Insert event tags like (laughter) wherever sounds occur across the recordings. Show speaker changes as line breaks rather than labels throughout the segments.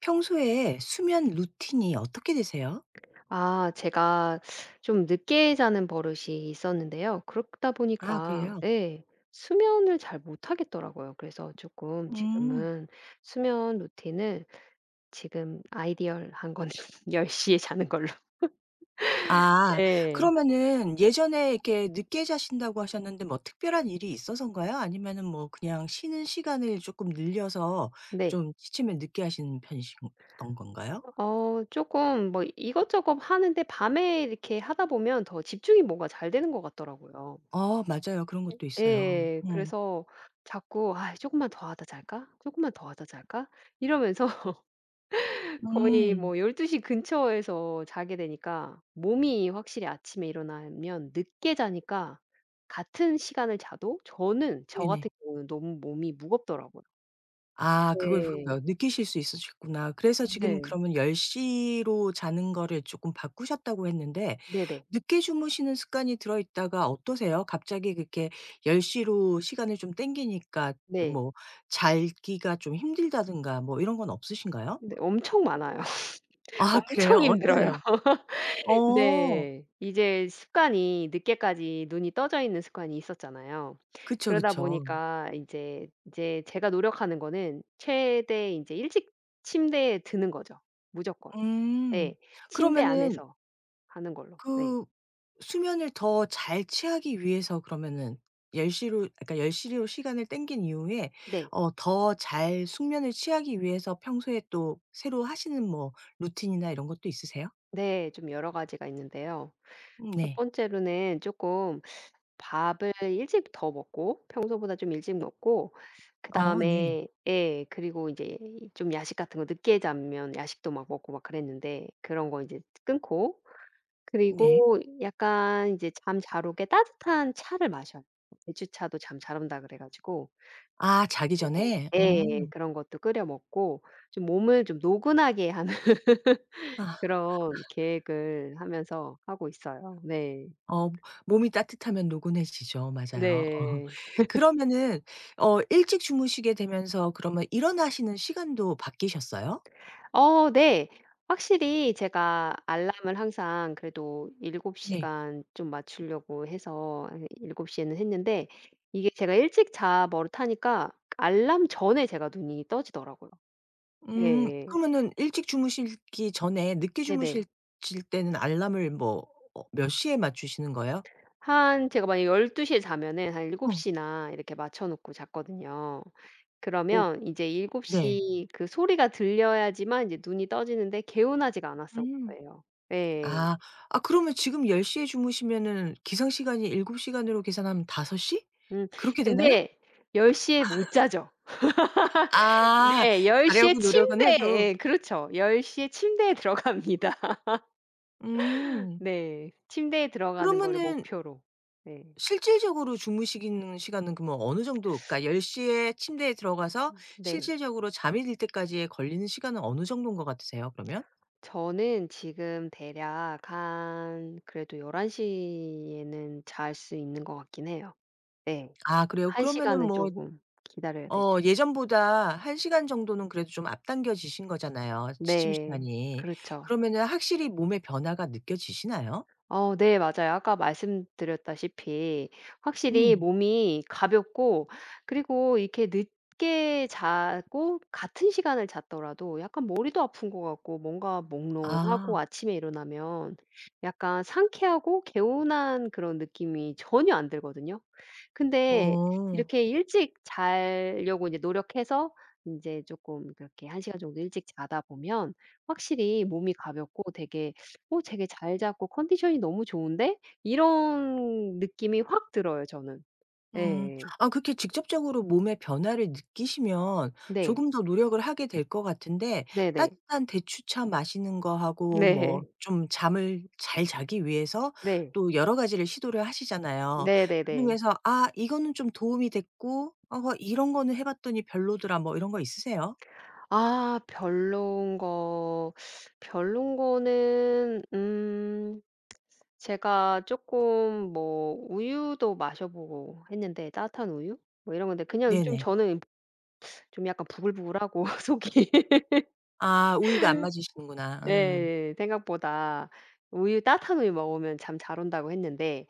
평소에 수면 루틴이 어떻게 되세요?
아 제가 좀 늦게 자는 버릇이 있었는데요. 그렇다
아,
보니까
그래요?
예. 수면을 잘 못 하겠더라고요. 그래서 조금
음.
지금은 수면 루틴을 지금 아이디얼한 거는 (laughs) 10시에 자는 걸로.
아,
네.
그러면은 예전에 이렇게 늦게 자신다고 하셨는데 뭐 특별한 일이 있어서인가요? 아니면은 뭐 그냥 쉬는 시간을 조금 늘려서
네.
좀 취침을 늦게 하시는 편이신 던 건가요?
어 조금 뭐 이것저것 하는데 밤에 이렇게 하다 보면 더 집중이 뭔가 잘 되는 것 같더라고요.
어, 맞아요. 그런 것도 있어요.
예.
음.
그래서 자꾸 '아 금만 더 하다 잘까? 조금만 더 하다 잘까?' 이러면서 거의
음.
뭐 12시 근처에서 자게 되니까 몸이 확실히 아침에 일어나면 늦게 자니까 같은 시간을 자도 저는 저 같은
네네.
경우는 너무 몸이 무겁더라고요.
아, 그걸 어
네.
느끼실 수 있으셨구나. 그래서
네.
지금
네.
그러면 10 시로 자는 거를 쪼끔 바꾸셨다고 했는데
네네.
늦게 주무시는 습관이 들어 있다가 어떠세요? 갑자기 그렇게 10 시로 시간을 좀 당기니까
네.
뭐 자기가 좀 힘들다든가 뭐 이런 건 없으신가요?
네 엄청 많아요. (laughs)
아, 그래요?
엄청 힘들어요.
어떠세요?
(laughs)
어.
네. 이제 습관이 늦게까지 눈이 떠져 있는 습관이 있었잖아요.
그쵸,
그러다
그쵸.
보니까 이제 제가 노력하는 거는 최대 이제 일찍 침대에 드는 거죠, 무조건.
음.
네. 침대
그러면은
안에서 하는 걸로. 네.
그 수면을 더 잘 취하기 위해서 그러면은 1 0로 그러니까 열시로 시간을 땡긴 이후에
네.
어 더 잘 숙면을 취하기 위해서 평소에 또 새로 하시는 뭐 루틴이나 이런 것도 있으세요?
네. 좀 여러 가지가 있는데요.
음,
첫
네.
번째로는 쪼끔 밥을 일찍 더 먹고 평소보다 좀 일찍 먹고
어, 네.
그다음에 예 그리고 인제 좀 야식 같은 거 늦게 자면 야식도 막 먹고 막 그랬는데 그런 거 인제 끊고
네.
그리고 약간 인제 잠 잘 오게 따뜻한 차를 마셔요. 대추차도 잠 잘 온다 그래 가지고
아, 자기
또
전에?
예.
음.
그런 것도 끓여 먹고 좀 몸을 좀 노근하게 하는
아.
그런 계획을 하면서 하고 있어요. 네.
어, 몸이 따뜻하면 노곤해지죠. 맞아요. 어.
네.
그러면은 어 일찍 주무시게 되면서 그러면 일어나시는 시간도 바뀌셨어요?
어 네. 확실히 제가 알람을 항상 그래도 7시간
네.
시간 좀 맞추려고 해서 한 7시 시에는 했는데 이게 제가 일찍 자 버릇하니까 알람 전에 제가 눈이 떠지더라고요.
음,
예예.
그러면은 일찍 주무시기 전에 늦게
네네.
주무실 실 때는 알람을 뭐 어 몇 시에 맞추시는 거예요?
한 제가 만약에 12시 시에 자면은 한 7시
어.
시나 이렇게 맞춰 놓고 잤거든요.
어,
그러면 이제 7
네.
시그 소리가 들려야지만 이제 눈이 떠지는데 개운하지가 않았던
음.
거예요. 예.
아. 아, 그러면 지금 1 0에 주무시면은 기상 시간이 7 시간으로 계산하면 5 시?
음
그렇게 되나요?
근데 10시에 못 자죠.
아,
네. 10시에
자려고 노력은
침대에
해도.
예 그렇죠. 10시에 침대에 들어갑니다. (laughs)
음.
네. 침대에 들어가는 거를
그러면은
목표로. 네.
실질적으로 주무시기는 시간은 그러면 어느 정도 그러니까 1 0에 침대에 들어가서
네.
실질적으로 잠이 들 때까지의 걸리는 시간은 어느 정도인 것 같으세요 그러면?
저는 지금 대략 한 그래도 11시 에는 잘 수 있는 것 같긴 해요. 네.
아, 그래요?
1시간
그러면은
시간은
뭐
쪼금 기다려야
어
되죠.
예전보다 1 시간 정도는 그래도 좀 앞당겨지신 거잖아요, 취침
네.
시간이.
그렇죠.
그러면은 확실히 몸의 변화가 느껴지시나요?
어 네 맞아요. 아까 말씀드렸다시피 확실히
음.
몸이 가볍고 그리고 이렇게 늦게 자고 같은 시간을 잤더라도 약간 머리도 아픈 것 같고 뭔가 몽롱하고
아.
아침에 일어나면 약간 상쾌하고 개운한 그런 느낌이 전혀 안 들거든요. 근데
어.
이렇게 일찍 자려고 이제 노력해서 이제 조금 그렇게 한 시간 정도 일찍 자다 보면 확실히 몸이 가볍고 되게 '어 되게 잘 잡고 컨디션이 너무 좋은데?' 이런 느낌이 확 들어요 저는.
음.
예예.
아, 그렇게 직접적으로 몸의 변화를 느끼시면
네.
조금 더 노력을 하게 될 것 같은데
네네.
따뜻한 대추차 마시는 거 하고 뭐
네.
좀 잠을 잘 자기 위해서
네.
또 여러 가지를 시도를 하시잖아요.
네네네.
그중에서 '아, 이거는 좀 도움이 됐고 어 이런 거는 해 봤더니 별로더라.' 뭐 이런 거 있으세요?
아 별론 거 별론 거는 제가 쪼끔 뭐 우유도 마셔 보고 했는데 따뜻한 우유? 뭐 이런 건데 그냥 좀
네네.
저는 좀 약간 부글부글하고 (laughs) 속이.
아, 우유가 안 맞으시는구나. 음.
예 생각보다 우유 따뜻한 우유 먹으면 잠 잘 온다고 했는데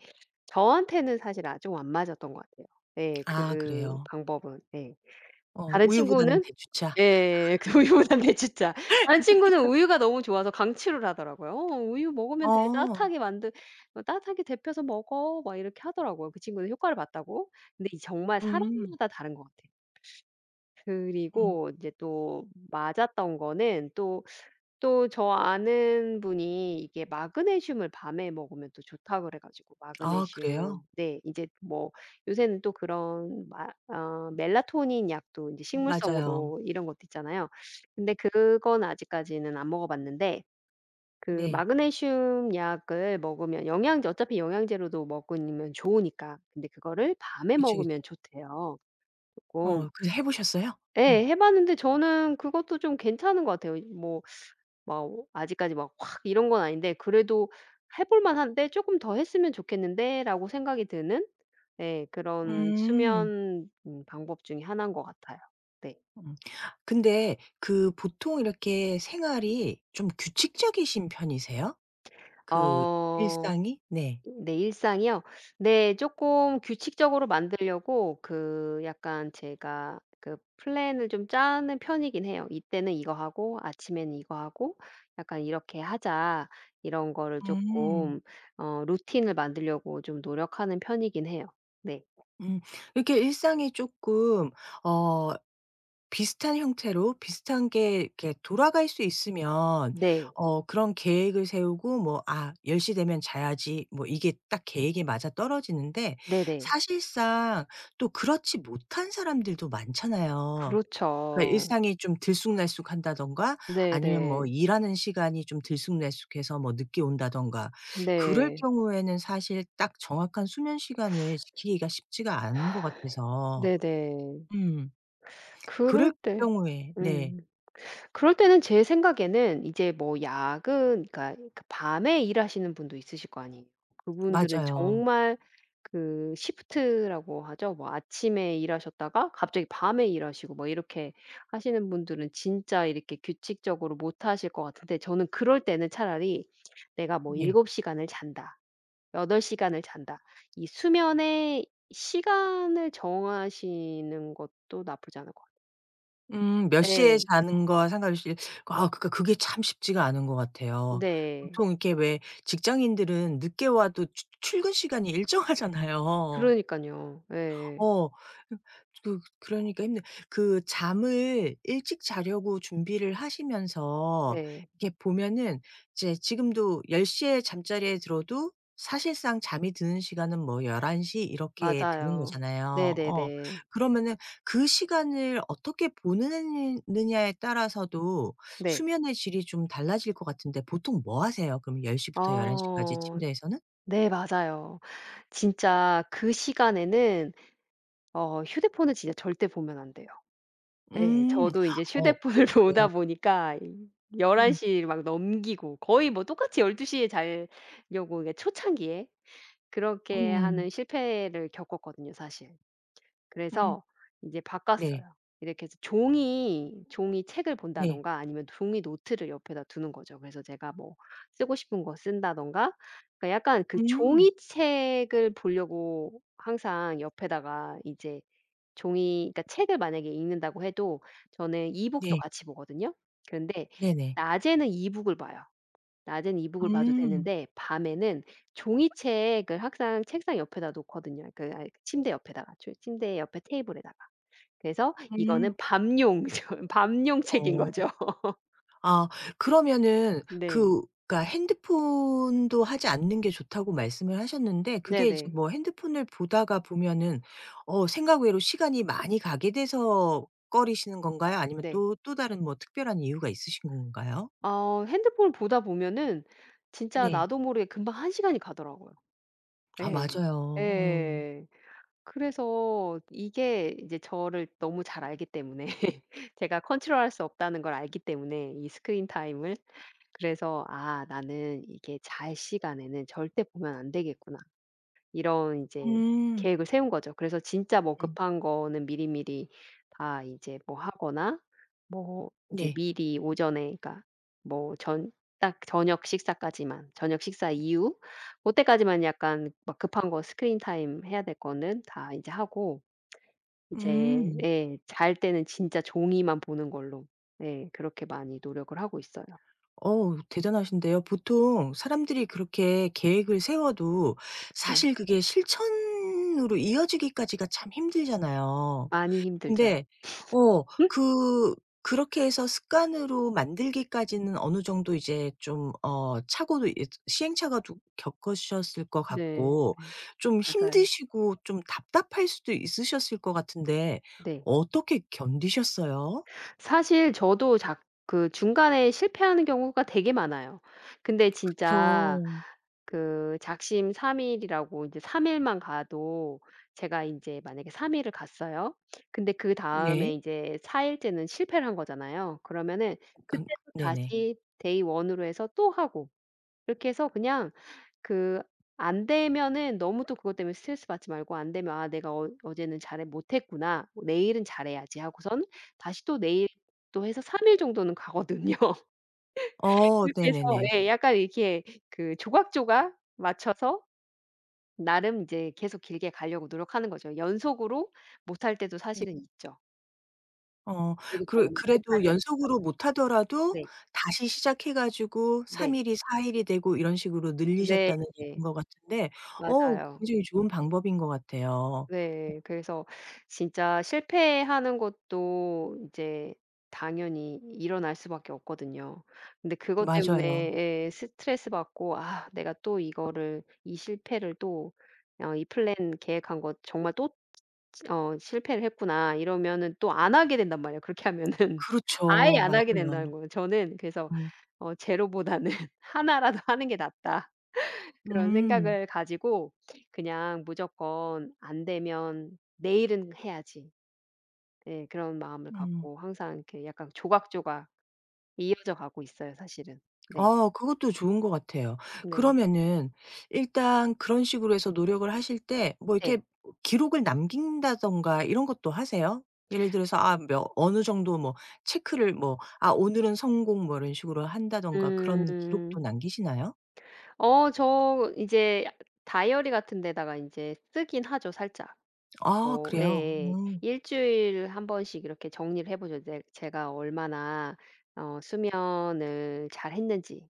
저한테는 사실 아 좀 안 맞았던 것 같아요. 예.
아,
그
그래요.
방법은. 예.
어,
다른
우유보다는
친구는
대추차.
예. 예. (laughs) 그 우유부단데 진짜. 다른 친구는 우유가 너무 좋아서 강추를 하더라고요. "어 우유 먹으면 돼.
어.
따뜻하게 만드 어 따뜻하게 데펴서 먹어." 막 이렇게 하더라고요. 그 친구는 효과를 봤다고. 근데 이 정말
음.
사람마다 다른 것 같아요.
음.
그리고 인제 또 맞았던 거는 또 저 아는 분이 이게 마그네슘을 밤에 먹으면 또 좋다 그래 가지고
아,
마그네슘
그래요?
네 인제 뭐 요새는 또 그런 마 어 멜라토닌 약도 인제
맞아요.
식물성으로 이런 것도 있잖아요. 근데 그건 아직까지는 안 먹어 봤는데 그
네.
마그네슘 약을 먹으면 영양제 어차피 영양제로도 먹으면 좋으니까. 근데 그거를 밤에
그쵸, 그쵸.
먹으면 좋대요 쪼끔.
어, 그래서 해 보셨어요?
예.
어.
해 봤는데 저는 그것도 좀 괜찮은 것 같아요. 뭐 막 아직까지 막 확 이런 건 아닌데 그래도 '해 볼 만한데 조금 더 했으면 좋겠는데.'라고 생각이 드는 예 그런
음.
수면 방법 중에 하나인 것 같아요. 네.
음. 근데 그 보통 이렇게 생활이 좀 규칙적이신 편이세요? 그
어
일상이? 네.
네 일상이요? 네 조금 규칙적으로 만들려고 그 약간 제가 그 플랜을 좀 짜는 편이긴 해요. "이때는 이거 하고 아침에는 이거 하고 약간 이렇게 하자." 이런 거를
음.
조금 어 루틴을 만들려고 좀 노력하는 편이긴 해요. 네.
음. 이렇게 일상이 쪼끔 어 비슷한 형태로 비슷한 게 이렇게 돌아갈 수 있으면
네.
어 그런 계획을 세우고 뭐 '아, 1 0 되면 자야지.' 뭐 이게 딱 계획에 맞아떨어지는데
네네.
사실상 또 그렇지 못한 사람들도 많잖아요. 그러니까
그렇죠.
일상이 좀 들쑥날쑥한다든가 아니면 뭐
네네.
일하는 시간이 좀 들쑥날쑥해서 뭐 늦게 온다든가 그럴
네.
경우에는 사실 딱 정확한 수면 시간을 지키기가 쉽지가 않은 것 같아서
네네.
음,
그럴
그럴
때
경우에 네.
음. 그럴 때는 제 생각에는 이제 뭐 야근 그러니까 그 밤에 일하시는 분도 있으실 거 아니에요. 그분들은
맞아요.
정말 그 시프트라고 하죠. 뭐 아침에 일하셨다가 갑자기 밤에 일하시고 뭐 이렇게 하시는 분들은 진짜 이렇게 규칙적으로 못 하실 것 같은데 저는 그럴 때는 차라리 내가 뭐
예.
7시간 시간을 잔다, 8시간 시간을 잔다. 이 수면의 시간을 정하시는 것도 나쁘지 않을 것 같아요.
음, 몇 시에
네,
자는 거와 상관없이 아, 그니까 그게 참 쉽지가 않은 것 같아요.
네.
보통 이렇게 왜 직장인들은 늦게 와도 추 출근 시간이 일정하잖아요.
그러니깐요. 예
어. 그러니까 힘든 그 잠을 일찍 자려고 준비를 하시면서
네.
이렇게 보면은 이제 지금도 1 0에 잠자리에 들어도 사실상 잠이 드는 시간은 뭐 1 1시 이렇게 되는
맞아요.
거잖아요. 어.
네네네.
그러면은 그 시간을 어떻게 보는 느냐에 따라서도
네.
수면의 질이 좀 달라질 것 같은데 보통 뭐 하세요? 그럼 1 0 부터 1 1시 까지
어
침대에서는?
네 맞아요. 진짜 그 시간에는 어 휴대폰을 진짜 절대 보면 안 돼요. 예.
음.
저도 인제
어,
휴대폰을 (laughs) 보다
그래요.
보니까 이 11시
음.
시 막 넘기고 거의 뭐 똑같이 12시 시에 자려고 이게 초창기에 그렇게
음.
하는 실패를 겪었거든요 사실.
음.
그래서 이제
네.
바꿨어요. 이렇게 해서 종이 책을
네.
본다든가 아니면 종이 노트를 옆에다 두는 거죠. 그래서 제가 뭐 쓰고 싶은 거 쓴다든가 그러니까 약간 그
음.
종이책을 보려고 항상 옆에다가 이제 종이 그러니까 책을 만약에 읽는다고 해도 저는 이북도
네.
같이 보거든요. 그런데
네네.
낮에는 이북을 봐요. 낮엔 이북을 봐도
음.
되는데 밤에는 종이책을 항상 책상 옆에다 놓거든요. 그 아이 침대 옆에다가. 조 침대 옆에 테이블에다가. 그래서 이거는
음.
밤용 (laughs) 저 밤용 책인
어.
거죠. (laughs)
아, 그러면은
네.
그 그러니까 핸드폰도 하지 않는 게 좋다고 말씀을 하셨는데 그게 이제
네네.
뭐 핸드폰을 보다가 보면은 어 생각 외로 시간이 많이 가게 돼서 꺼리시는 건가요? 아니면
네.
또 또 다른 뭐 특별한 이유가 있으신 건가요?
어 핸드폰을 보다 보면은 진짜
네.
나도 모르게 금방 1시간 시간이 가더라고요.
아,
예.
맞아요. 음.
예. 그래서 이게 이제 저를 너무 잘 알기 때문에 (laughs) 제가 컨트롤할 수 없다는 걸 알기 때문에 이 스크린 타임을 그래서 '아 나는 이게 잘 시간에는 절대 보면 안 되겠구나.' 이런 이제
음.
계획을 세운 거죠. 그래서 진짜 뭐
음.
급한 거는 미리미리 다 이제 뭐 하거나 뭐 이제
네.
미리 오전에 그러니까 뭐 전 딱 저녁 식사까지만 저녁 식사 이후 그때까지만 약간 막 급한 거 스크린 타임 해야 될 거는 다 이제 하고 이제
음.
예 잘 때는 진짜 종이만 보는 걸로 예, 그렇게 많이 노력을 하고 있어요.
어우, 대단하신데요. 보통 사람들이 그렇게 계획을 세워도
네.
사실 그게 실천으로 이어지기까지가 참 힘들잖아요.
많이 힘들죠.
근데 어
음?
그렇게 해서 습관으로 만들기까지는 어느 정도 이제 좀 어 착오도 이 시행착오도 겪으셨을 것
네.
같고
네.
좀
맞아요.
힘드시고 좀 답답할 수도 있으셨을 것 같은데
네.
어떻게 견디셨어요?
사실 저도 작 그 중간에 실패하는 경우가 되게 많아요. 근데
그쵸.
진짜 그 작심 3일 일이라고 이제 3일 일만 가도 제가 인제 만약에 3일 일을 갔어요. 근데 그다음에
네.
이제 4일째 일째는 실패를 한 거잖아요. 그러면은 그때
음,
또
네네.
다시 day 1 으로 해서 또 하고 이렇게 해서 그냥 그 안 되면은 너무 또 그것 때문에 스트레스 받지 말고 안 되면 '아 내가 어 어제는 잘해 못 했구나. 내일은 잘해야지.' 하고선 다시 또 내일 또 해서 3일 정도는 가거든요. (laughs)
어,
그렇게 해서
네네네.
예 약간 이렇게 그 조각조각 맞춰서 나름 이제 계속 길게 가려고 노력하는 거죠. 연속으로 못할 때도
네.
사실은 있죠.
어,
그리고
그
정말 급할
그래도
때도
연속으로 못 하더라도
네.
다시 시작해 가지고 3
네.
일이 4 일이 되고 이런 식으로
네.
늘리셨다는
네.
얘기인 것 같은데 어
맞아요.
굉장히 좋은 방법인 것 같아요.
네. 그래서 진짜 실패하는 것도 이제 당연히 일어날 수밖에 없거든요. 근데 그것 때문에
맞아요.
예 스트레스 받고 '아 내가 또 이거를 이 실패를 또 어 이 플랜 계획한 거 정말 또 어 실패를 했구나.' 이러면은 또 안 하게 된단 말이에요, 그렇게 하면은. (laughs) 아예
그렇죠.
안 하게 된다는
맞아요.
거예요. 저는 그래서
음.
어로 보다는 하나 라도 (laughs) 하는 게 낫다. 그런
음.
생각을 가지고 그냥 무조건 '안 되면 내일은 해야지.' 네, 그런 마음을
음.
갖고 항상 이렇게 약간 조각조각 이어져 가고 있어요 사실은. 네.
어, 그것도 좋은 것 같아요.
네.
그러면은 일단 그런 식으로 해서 노력을 하실 때 뭐
네.
이렇게 기록을 남긴다든가 이런 것도 하세요? 예를 들어서 아 몇 어느 정도 뭐 체크를 뭐 '아, 오늘은 성공.' 뭐 이런 식으로 한다든가 그런 기록도
음.
남기시나요?
어 저 이제 다이어리 같은 데다가 인제 쓰긴 하죠 살짝.
아,
어
그래요?
예예.
음.
일 주일에 한 번씩 이렇게 정리를 해 보죠. 네 제가 얼마나 어 수면을 잘했는지.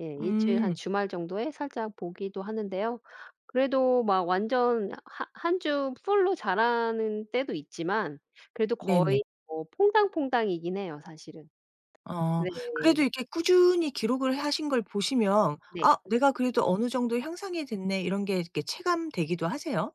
예 일 주일 한
음.
주말 정도에 살짝 보기도 하는데요. 그래도 막 완전 하 한 주 풀로 자라는 때도 있지만 그래도
네네.
거의 뭐 퐁당퐁당이긴 해요 사실은.
어.
네.
그래도
네.
이렇게 꾸준히 기록을 하신 걸 보시면
네.
'아, 내가 그래도 어느 정도 향상이 됐네.' 이런 게 이렇게 체감되기도 하세요?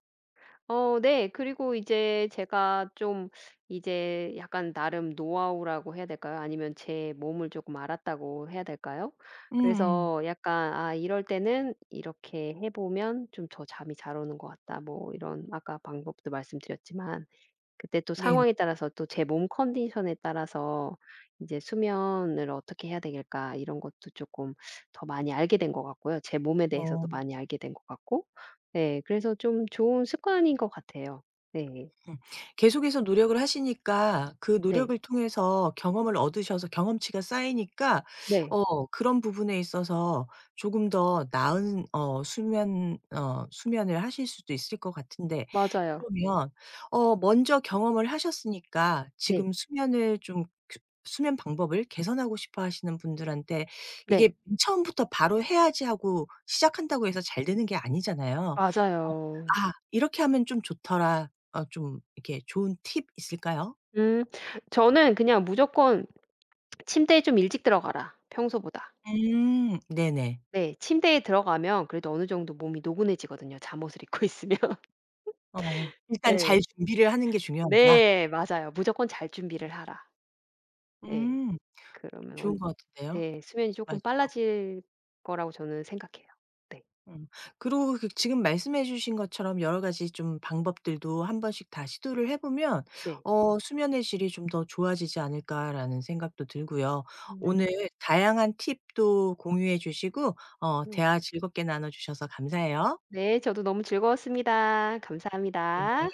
어 네. 그리고 이제 제가 좀 이제 약간 나름 노하우라고 해야 될까요? 아니면 제 몸을 조금 알았다고 해야 될까요?
음음.
그래서 약간 '아 이럴 때는 이렇게 해 보면 좀 더 잠이 잘 오는 것 같다.' 뭐 이런 아까 방법도 말씀드렸지만 그때 또
네네.
상황에 따라서 또 제 몸 컨디션에 따라서 이제 '수면을 어떻게 해야 되길까.' 이런 것도 조금 더 많이 알게 된 것 같고요. 제 몸에 대해서도
어.
많이 알게 된 것 같고 네 그래서 좀 좋은 습관인 것 같아요. 네.
음. 계속해서 노력을 하시니까 그
네.
노력을 통해서 경험을 얻으셔서 경험치가 쌓이니까
네.
어 그런 부분에 있어서 조금 더 나은 수면을 하실 수도 있을 것 같은데
맞아요.
그러면 어 먼저 경험을 하셨으니까
네.
지금 수면을 좀 그 수면 방법을 개선하고 싶어 하시는 분들한테
네.
이게 처음부터 바로 해야지 하고 시작한다고 해서 잘 되는 게 아니잖아요. 어,
맞아요.
'아, 이렇게 하면 좀 좋더라.' 어 좀 이렇게 좋은 팁 있을까요?
음 저는 그냥 무조건 '침대에 좀 일찍 들어가라 평소보다.'
음. 네네.
네. 침대에 들어가면 그래도 어느 정도 몸이 노곤해지거든요 잠옷을 입고 있으면. (laughs)
어, 일단 잘
예.
준비를 하는 게 중요하다.
네. 맞아요. 무조건 잘 준비를 하라. 네.
음.
그러면
좋은
온
것 같은데요.
네. 수면이
맞아요.
쪼끔 빨라질 거라고 저는 생각해요. 네.
음. 그리고 그 지금 말씀해 주신 것처럼 여러 가지 좀 방법들도 한 번씩 다 시도를 해 보면
네.
어 '수면의 질이 좀 더 좋아지지 않을까.'라는 생각도 들고요.
네.
오늘 다양한 팁도 공유해 주시고 어
음.
대화 즐겁게 나눠 주셔서 감사해요.
네. 저도 너무 즐거웠습니다. 감사합니다.